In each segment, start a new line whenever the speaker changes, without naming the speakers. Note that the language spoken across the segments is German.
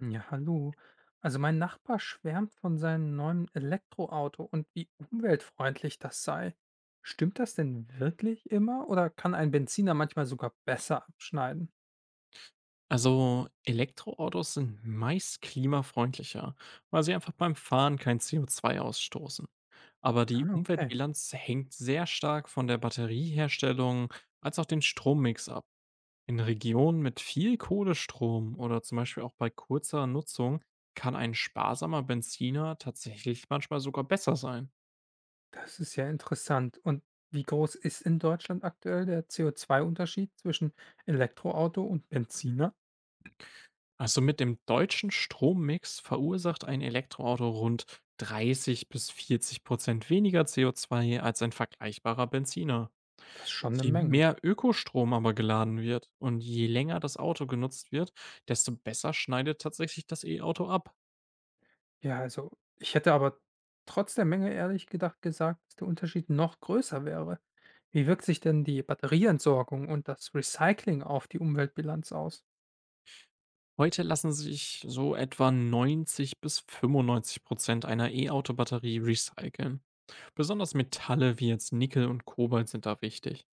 Ja, hallo. Also mein Nachbar schwärmt von seinem neuen Elektroauto und wie umweltfreundlich das sei. Stimmt das denn wirklich immer oder kann ein Benziner manchmal sogar besser abschneiden?
Also Elektroautos sind meist klimafreundlicher, weil sie einfach beim Fahren kein CO2 ausstoßen. Aber
Ah,
die
okay,
Umweltbilanz hängt sehr stark von der Batterieherstellung als auch den Strommix ab. In Regionen mit viel Kohlestrom oder zum Beispiel auch bei kurzer Nutzung kann ein sparsamer Benziner tatsächlich manchmal sogar besser sein.
das ist ja interessant. Und wie groß ist in Deutschland aktuell der CO2-Unterschied zwischen Elektroauto und Benziner?
Also mit dem deutschen Strommix verursacht ein Elektroauto rund 30 bis 40% weniger CO2 als ein vergleichbarer Benziner.
Das ist schon eine
Je
Menge.
mehr Ökostrom aber geladen wird und je länger das Auto genutzt wird, desto besser schneidet tatsächlich das E-Auto ab.
Ja, also, ich hätte aber trotz der Menge ehrlich gedacht gesagt, dass der Unterschied noch größer wäre. Wie wirkt sich denn die Batterieentsorgung und das Recycling auf die Umweltbilanz aus?
Heute lassen sich so etwa 90 bis 95% einer E-Auto-Batterie recyceln. Besonders Metalle wie jetzt Nickel und Kobalt sind da wichtig.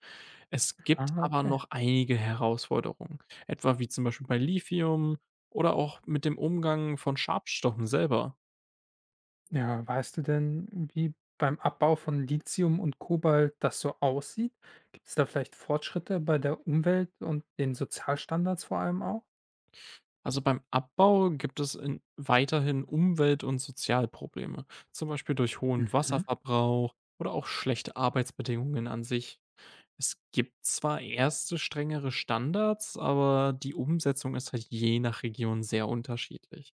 Es gibt
Ah,
aber
okay.
noch einige Herausforderungen, etwa wie zum Beispiel bei Lithium oder auch mit dem Umgang von Schadstoffen selber.
Ja, weißt du denn, wie beim Abbau von Lithium und Kobalt das so aussieht? Gibt es da vielleicht Fortschritte bei der Umwelt und den Sozialstandards vor allem auch?
Also beim Abbau gibt es in weiterhin Umwelt- und Sozialprobleme, zum Beispiel durch hohen
Mhm.
Wasserverbrauch oder auch schlechte Arbeitsbedingungen an sich. Es gibt zwar erste strengere Standards, aber die Umsetzung ist halt je nach Region sehr unterschiedlich.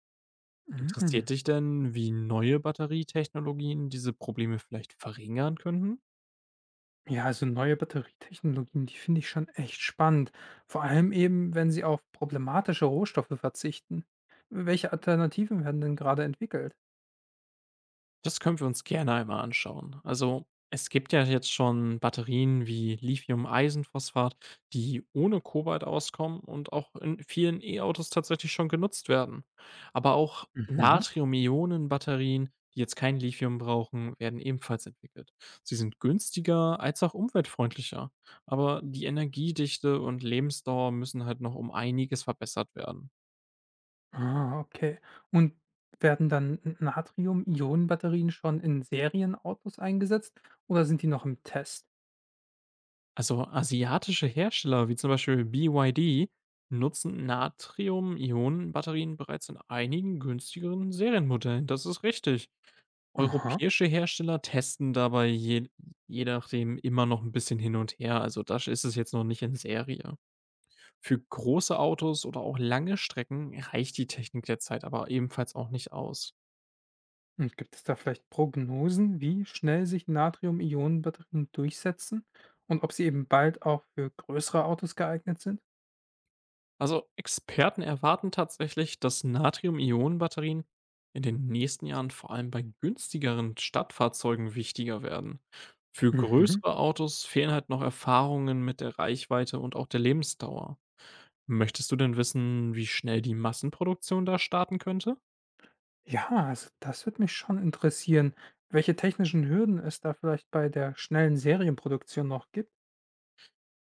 Interessiert
Mhm.
dich denn, wie neue Batterietechnologien diese Probleme vielleicht verringern könnten?
Ja, also neue Batterietechnologien, die finde ich schon echt spannend. Vor allem eben, wenn sie auf problematische Rohstoffe verzichten. Welche Alternativen werden denn gerade entwickelt?
Das können wir uns gerne einmal anschauen. Also es gibt ja jetzt schon Batterien wie Lithium-Eisenphosphat, die ohne Kobalt auskommen und auch in vielen E-Autos tatsächlich schon genutzt werden. Aber auch
Mhm.
Natrium-Ionen-Batterien, die jetzt kein Lithium brauchen, werden ebenfalls entwickelt. Sie sind günstiger als auch umweltfreundlicher. Aber die Energiedichte und Lebensdauer müssen halt noch um einiges verbessert werden.
Ah, okay. Und werden dann Natrium-Ionen-Batterien schon in Serienautos eingesetzt oder sind die noch im Test?
Also asiatische Hersteller wie zum Beispiel BYD nutzen Natrium-Ionen-Batterien bereits in einigen günstigeren Serienmodellen. Das ist richtig.
Aha.
Europäische Hersteller testen je nachdem immer noch ein bisschen hin und her. Also das ist es jetzt noch nicht in Serie. Für große Autos oder auch lange Strecken reicht die Technik derzeit aber ebenfalls auch nicht aus.
Und gibt es da vielleicht Prognosen, wie schnell sich Natrium-Ionen-Batterien durchsetzen und ob sie eben bald auch für größere Autos geeignet sind?
Also Experten erwarten tatsächlich, dass Natrium-Ionen-Batterien in den nächsten Jahren vor allem bei günstigeren Stadtfahrzeugen wichtiger werden. Für
Mhm.
größere Autos fehlen halt noch Erfahrungen mit der Reichweite und auch der Lebensdauer. Möchtest du denn wissen, wie schnell die Massenproduktion da starten könnte?
Ja, also das würde mich schon interessieren, welche technischen Hürden es da vielleicht bei der schnellen Serienproduktion noch gibt.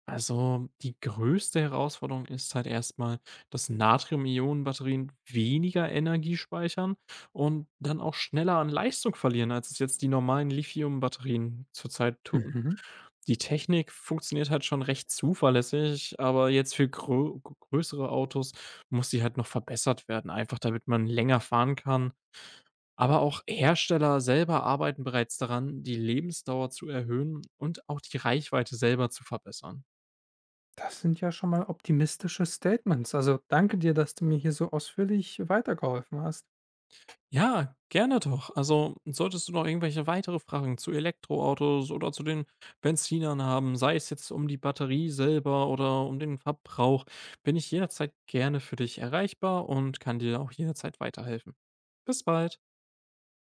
Also, die größte Herausforderung ist halt erstmal, dass Natrium-Ionen-Batterien weniger Energie speichern und dann auch schneller an Leistung verlieren, als es jetzt die normalen Lithium-Batterien zurzeit tun.
Mhm.
Die Technik funktioniert halt schon recht zuverlässig, aber jetzt für größere Autos muss sie halt noch verbessert werden, einfach damit man länger fahren kann. Aber auch Hersteller selber arbeiten bereits daran, die Lebensdauer zu erhöhen und auch die Reichweite selber zu verbessern.
Das sind ja schon mal optimistische Statements. Also danke dir, dass du mir hier so ausführlich weitergeholfen hast.
Ja, gerne doch. Also, solltest du noch irgendwelche weitere Fragen zu Elektroautos oder zu den Benzinern haben, sei es jetzt um die Batterie selber oder um den Verbrauch, bin ich jederzeit gerne für dich erreichbar und kann dir auch jederzeit weiterhelfen. Bis bald.